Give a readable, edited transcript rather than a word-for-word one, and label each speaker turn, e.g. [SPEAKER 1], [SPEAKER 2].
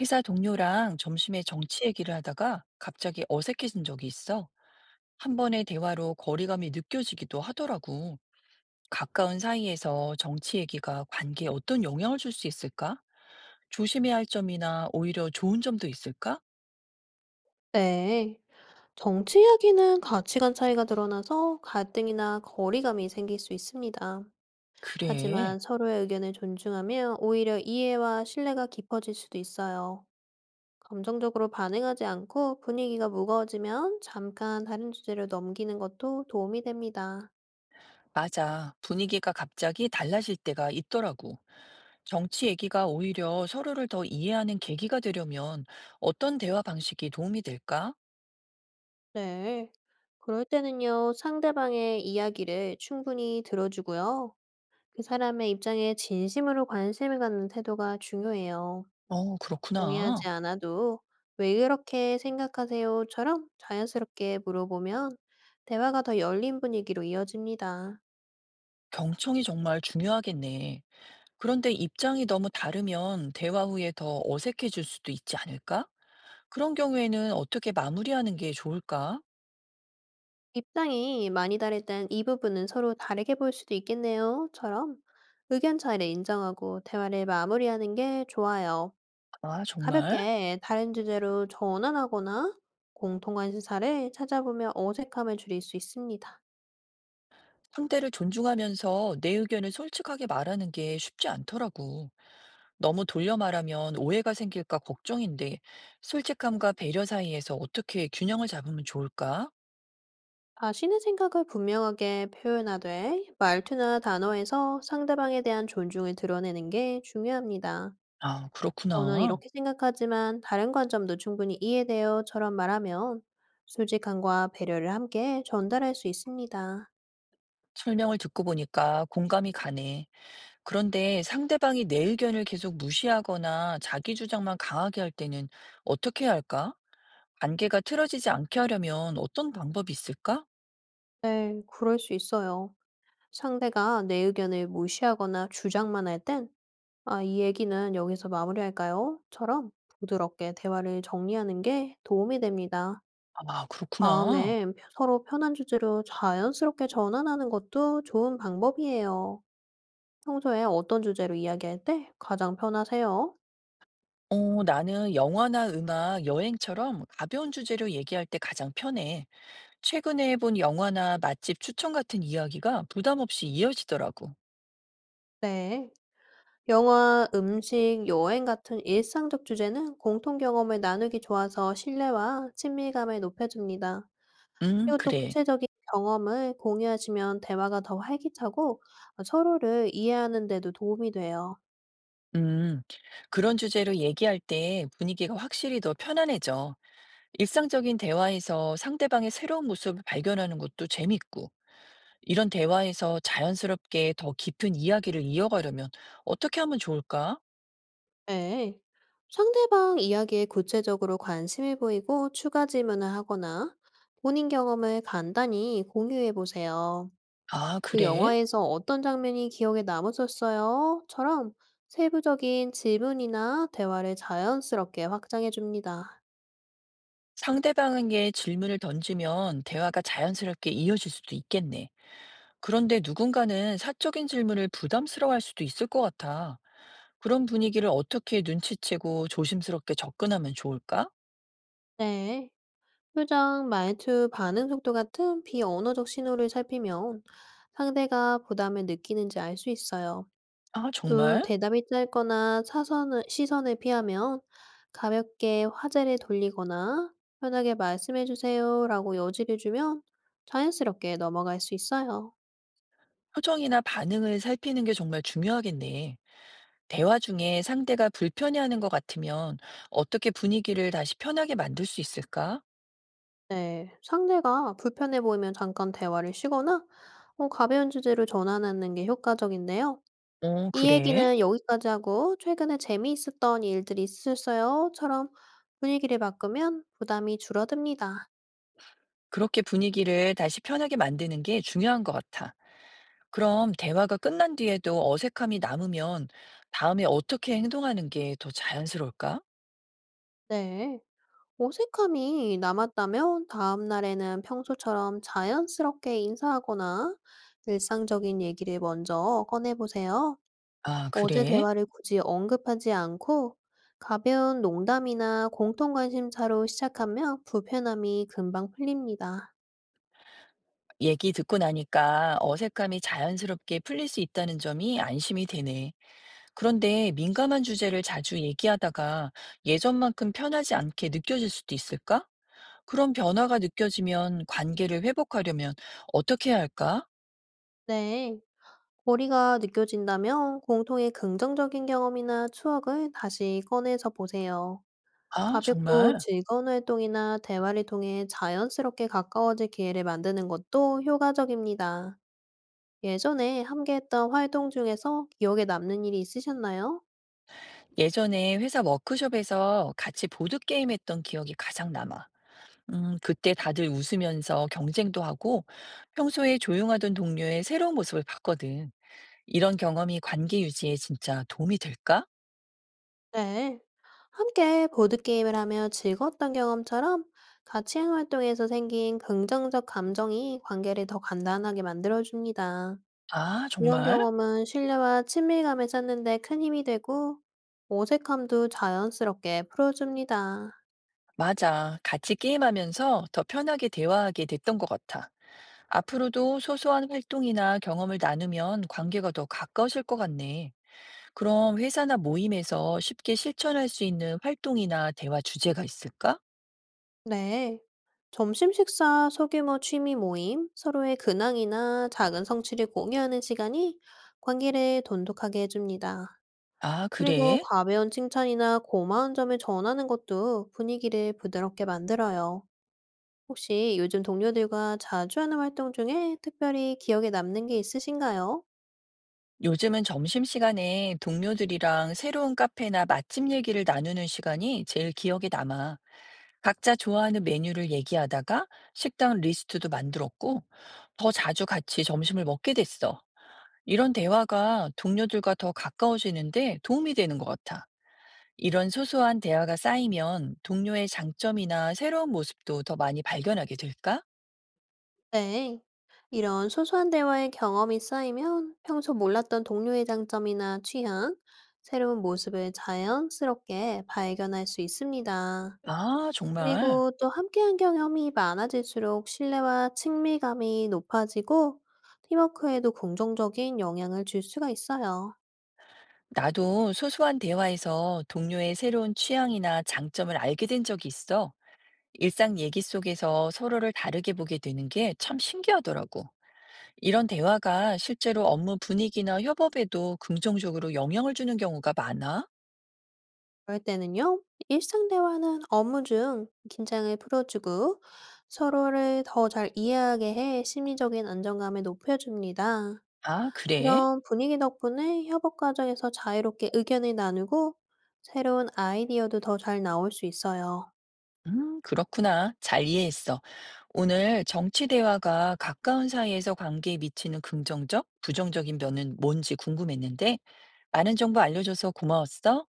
[SPEAKER 1] 회사 동료랑 점심에 정치 얘기를 하다가 갑자기 어색해진 적이 있어. 한 번의 대화로 거리감이 느껴지기도 하더라고. 가까운 사이에서 정치 얘기가 관계에 어떤 영향을 줄 수 있을까? 조심해야 할 점이나 오히려 좋은 점도 있을까?
[SPEAKER 2] 네. 정치 이야기는 가치관 차이가 드러나서 갈등이나 거리감이 생길 수 있습니다.
[SPEAKER 1] 그래.
[SPEAKER 2] 하지만 서로의 의견을 존중하면 오히려 이해와 신뢰가 깊어질 수도 있어요. 감정적으로 반응하지 않고 분위기가 무거워지면 잠깐 다른 주제로 넘기는 것도 도움이 됩니다.
[SPEAKER 1] 맞아. 분위기가 갑자기 달라질 때가 있더라고. 정치 얘기가 오히려 서로를 더 이해하는 계기가 되려면 어떤 대화 방식이 도움이 될까?
[SPEAKER 2] 네. 그럴 때는요, 상대방의 이야기를 충분히 들어주고요. 그 사람의 입장에 진심으로 관심을 갖는 태도가 중요해요.
[SPEAKER 1] 어,
[SPEAKER 2] 동의하지
[SPEAKER 1] 그렇구나.
[SPEAKER 2] 않아도 "왜 그렇게 생각하세요?"처럼 자연스럽게 물어보면 대화가 더 열린 분위기로 이어집니다.
[SPEAKER 1] 경청이 정말 중요하겠네. 그런데 입장이 너무 다르면 대화 후에 더 어색해질 수도 있지 않을까? 그런 경우에는 어떻게 마무리하는 게 좋을까?
[SPEAKER 2] "입장이 많이 다르단 이 부분은 서로 다르게 볼 수도 있겠네요."처럼 의견 차이를 인정하고 대화를 마무리하는 게 좋아요.
[SPEAKER 1] 아, 정말?
[SPEAKER 2] 가볍게 다른 주제로 전환하거나 공통한 시사를 찾아보면 어색함을 줄일 수 있습니다.
[SPEAKER 1] 상대를 존중하면서 내 의견을 솔직하게 말하는 게 쉽지 않더라고. 너무 돌려 말하면 오해가 생길까 걱정인데, 솔직함과 배려 사이에서 어떻게 균형을 잡으면 좋을까?
[SPEAKER 2] 자신의 생각을 분명하게 표현하되 말투나 단어에서 상대방에 대한 존중을 드러내는 게 중요합니다.
[SPEAKER 1] 아,
[SPEAKER 2] 저는
[SPEAKER 1] 그렇구나.
[SPEAKER 2] 이렇게 생각하지만 다른 관점도 충분히 이해돼요처럼 말하면 솔직함과 배려를 함께 전달할 수 있습니다.
[SPEAKER 1] 설명을 듣고 보니까 공감이 가네. 그런데 상대방이 내 의견을 계속 무시하거나 자기 주장만 강하게 할 때는 어떻게 해야 할까? 관계가 틀어지지 않게 하려면 어떤 방법이 있을까?
[SPEAKER 2] 네, 그럴 수 있어요. 상대가 내 의견을 무시하거나 주장만 할 땐, 아, 이 얘기는 여기서 마무리할까요? 처럼 부드럽게 대화를 정리하는 게 도움이 됩니다.
[SPEAKER 1] 아, 그렇구나.
[SPEAKER 2] 다음엔 서로 편한 주제로 자연스럽게 전환하는 것도 좋은 방법이에요. 평소에 어떤 주제로 이야기할 때 가장 편하세요?
[SPEAKER 1] 어, 나는 영화나 음악, 여행처럼 가벼운 주제로 얘기할 때 가장 편해. 최근에 본 영화나 맛집 추천 같은 이야기가 부담 없이 이어지더라고.
[SPEAKER 2] 네. 영화, 음식, 여행 같은 일상적 주제는 공통 경험을 나누기 좋아서 신뢰와 친밀감을 높여줍니다. 그리고 또
[SPEAKER 1] 그래.
[SPEAKER 2] 구체적인 경험을 공유하시면 대화가 더 활기차고 서로를 이해하는 데도 도움이 돼요.
[SPEAKER 1] 음, 그런 주제로 얘기할 때 분위기가 확실히 더 편안해져. 일상적인 대화에서 상대방의 새로운 모습을 발견하는 것도 재밌고, 이런 대화에서 자연스럽게 더 깊은 이야기를 이어가려면 어떻게 하면 좋을까?
[SPEAKER 2] 네. 상대방 이야기에 구체적으로 관심을 보이고 추가 질문을 하거나 본인 경험을 간단히 공유해 보세요.
[SPEAKER 1] 아,
[SPEAKER 2] 그
[SPEAKER 1] 그래?
[SPEAKER 2] 영화에서 어떤 장면이 기억에 남으셨어요? 처럼 세부적인 질문이나 대화를 자연스럽게 확장해 줍니다.
[SPEAKER 1] 상대방에게 질문을 던지면 대화가 자연스럽게 이어질 수도 있겠네. 그런데 누군가는 사적인 질문을 부담스러워할 수도 있을 것 같아. 그런 분위기를 어떻게 눈치채고 조심스럽게 접근하면 좋을까?
[SPEAKER 2] 네. 표정, 말투, 반응 속도 같은 비언어적 신호를 살피면 상대가 부담을 느끼는지 알 수 있어요.
[SPEAKER 1] 아,
[SPEAKER 2] 또
[SPEAKER 1] 정말?
[SPEAKER 2] 대답이 짧거나 사선을 시선을 피하면 가볍게 화제를 돌리거나 "편하게 말씀해 주세요."라고 여지를 주면 자연스럽게 넘어갈 수 있어요.
[SPEAKER 1] 표정이나 반응을 살피는 게 정말 중요하겠네. 대화 중에 상대가 불편해하는 것 같으면 어떻게 분위기를 다시 편하게 만들 수 있을까?
[SPEAKER 2] 네. 상대가 불편해 보이면 잠깐 대화를 쉬거나 가벼운 주제로 전환하는 게 효과적인데요.
[SPEAKER 1] 어,
[SPEAKER 2] "이
[SPEAKER 1] 그래?
[SPEAKER 2] 얘기는 여기까지 하고 최근에 재미있었던 일들이 있으셨어요?"처럼 분위기를 바꾸면 부담이 줄어듭니다.
[SPEAKER 1] 그렇게 분위기를 다시 편하게 만드는 게 중요한 것 같아. 그럼 대화가 끝난 뒤에도 어색함이 남으면 다음에 어떻게 행동하는 게 더 자연스러울까?
[SPEAKER 2] 네. 어색함이 남았다면 다음 날에는 평소처럼 자연스럽게 인사하거나 일상적인 얘기를 먼저 꺼내보세요.
[SPEAKER 1] 아,
[SPEAKER 2] 어제
[SPEAKER 1] 그래?
[SPEAKER 2] 대화를 굳이 언급하지 않고 가벼운 농담이나 공통 관심사로 시작하면 불편함이 금방 풀립니다.
[SPEAKER 1] 얘기 듣고 나니까 어색함이 자연스럽게 풀릴 수 있다는 점이 안심이 되네. 그런데 민감한 주제를 자주 얘기하다가 예전만큼 편하지 않게 느껴질 수도 있을까? 그런 변화가 느껴지면 관계를 회복하려면 어떻게 해야 할까?
[SPEAKER 2] 네. 거리가 느껴진다면 공통의 긍정적인 경험이나 추억을 다시 꺼내서 보세요.
[SPEAKER 1] 아,
[SPEAKER 2] 가볍고
[SPEAKER 1] 정말?
[SPEAKER 2] 즐거운 활동이나 대화를 통해 자연스럽게 가까워질 기회를 만드는 것도 효과적입니다. 예전에 함께했던 활동 중에서 기억에 남는 일이 있으셨나요?
[SPEAKER 1] 예전에 회사 워크숍에서 같이 보드게임 했던 기억이 가장 남아. 그때 다들 웃으면서 경쟁도 하고 평소에 조용하던 동료의 새로운 모습을 봤거든. 이런 경험이 관계 유지에 진짜 도움이 될까?
[SPEAKER 2] 네. 함께 보드게임을 하며 즐거웠던 경험처럼 같이 한 활동에서 생긴 긍정적 감정이 관계를 더 간단하게 만들어줍니다.
[SPEAKER 1] 아,
[SPEAKER 2] 이런
[SPEAKER 1] 정말?
[SPEAKER 2] 경험은 신뢰와 친밀감을 쌓는 데 큰 힘이 되고 어색함도 자연스럽게 풀어줍니다.
[SPEAKER 1] 맞아. 같이 게임하면서 더 편하게 대화하게 됐던 것 같아. 앞으로도 소소한 활동이나 경험을 나누면 관계가 더 가까워질 것 같네. 그럼 회사나 모임에서 쉽게 실천할 수 있는 활동이나 대화 주제가 있을까?
[SPEAKER 2] 네. 점심 식사, 소규모 취미 모임, 서로의 근황이나 작은 성취를 공유하는 시간이 관계를 돈독하게 해줍니다.
[SPEAKER 1] 아,
[SPEAKER 2] 그리고
[SPEAKER 1] 그래?
[SPEAKER 2] 가벼운 칭찬이나 고마운 점을 전하는 것도 분위기를 부드럽게 만들어요. 혹시 요즘 동료들과 자주 하는 활동 중에 특별히 기억에 남는 게 있으신가요?
[SPEAKER 1] 요즘은 점심시간에 동료들이랑 새로운 카페나 맛집 얘기를 나누는 시간이 제일 기억에 남아. 각자 좋아하는 메뉴를 얘기하다가 식당 리스트도 만들었고, 더 자주 같이 점심을 먹게 됐어. 이런 대화가 동료들과 더 가까워지는데 도움이 되는 것 같아. 이런 소소한 대화가 쌓이면 동료의 장점이나 새로운 모습도 더 많이 발견하게 될까?
[SPEAKER 2] 네. 이런 소소한 대화의 경험이 쌓이면 평소 몰랐던 동료의 장점이나 취향, 새로운 모습을 자연스럽게 발견할 수 있습니다.
[SPEAKER 1] 아, 정말.
[SPEAKER 2] 그리고 또 함께한 경험이 많아질수록 신뢰와 친밀감이 높아지고 팀워크에도 긍정적인 영향을 줄 수가 있어요.
[SPEAKER 1] 나도 소소한 대화에서 동료의 새로운 취향이나 장점을 알게 된 적이 있어. 일상 얘기 속에서 서로를 다르게 보게 되는 게 참 신기하더라고. 이런 대화가 실제로 업무 분위기나 협업에도 긍정적으로 영향을 주는 경우가 많아?
[SPEAKER 2] 그럴 때는요, 일상 대화는 업무 중 긴장을 풀어주고 서로를 더 잘 이해하게 해 심리적인 안정감을 높여줍니다.
[SPEAKER 1] 아, 그래?
[SPEAKER 2] 이런 분위기 덕분에 협업 과정에서 자유롭게 의견을 나누고 새로운 아이디어도 더 잘 나올 수 있어요.
[SPEAKER 1] 그렇구나. 잘 이해했어. 오늘 정치 대화가 가까운 사이에서 관계에 미치는 긍정적, 부정적인 면은 뭔지 궁금했는데, 많은 정보 알려줘서 고마웠어.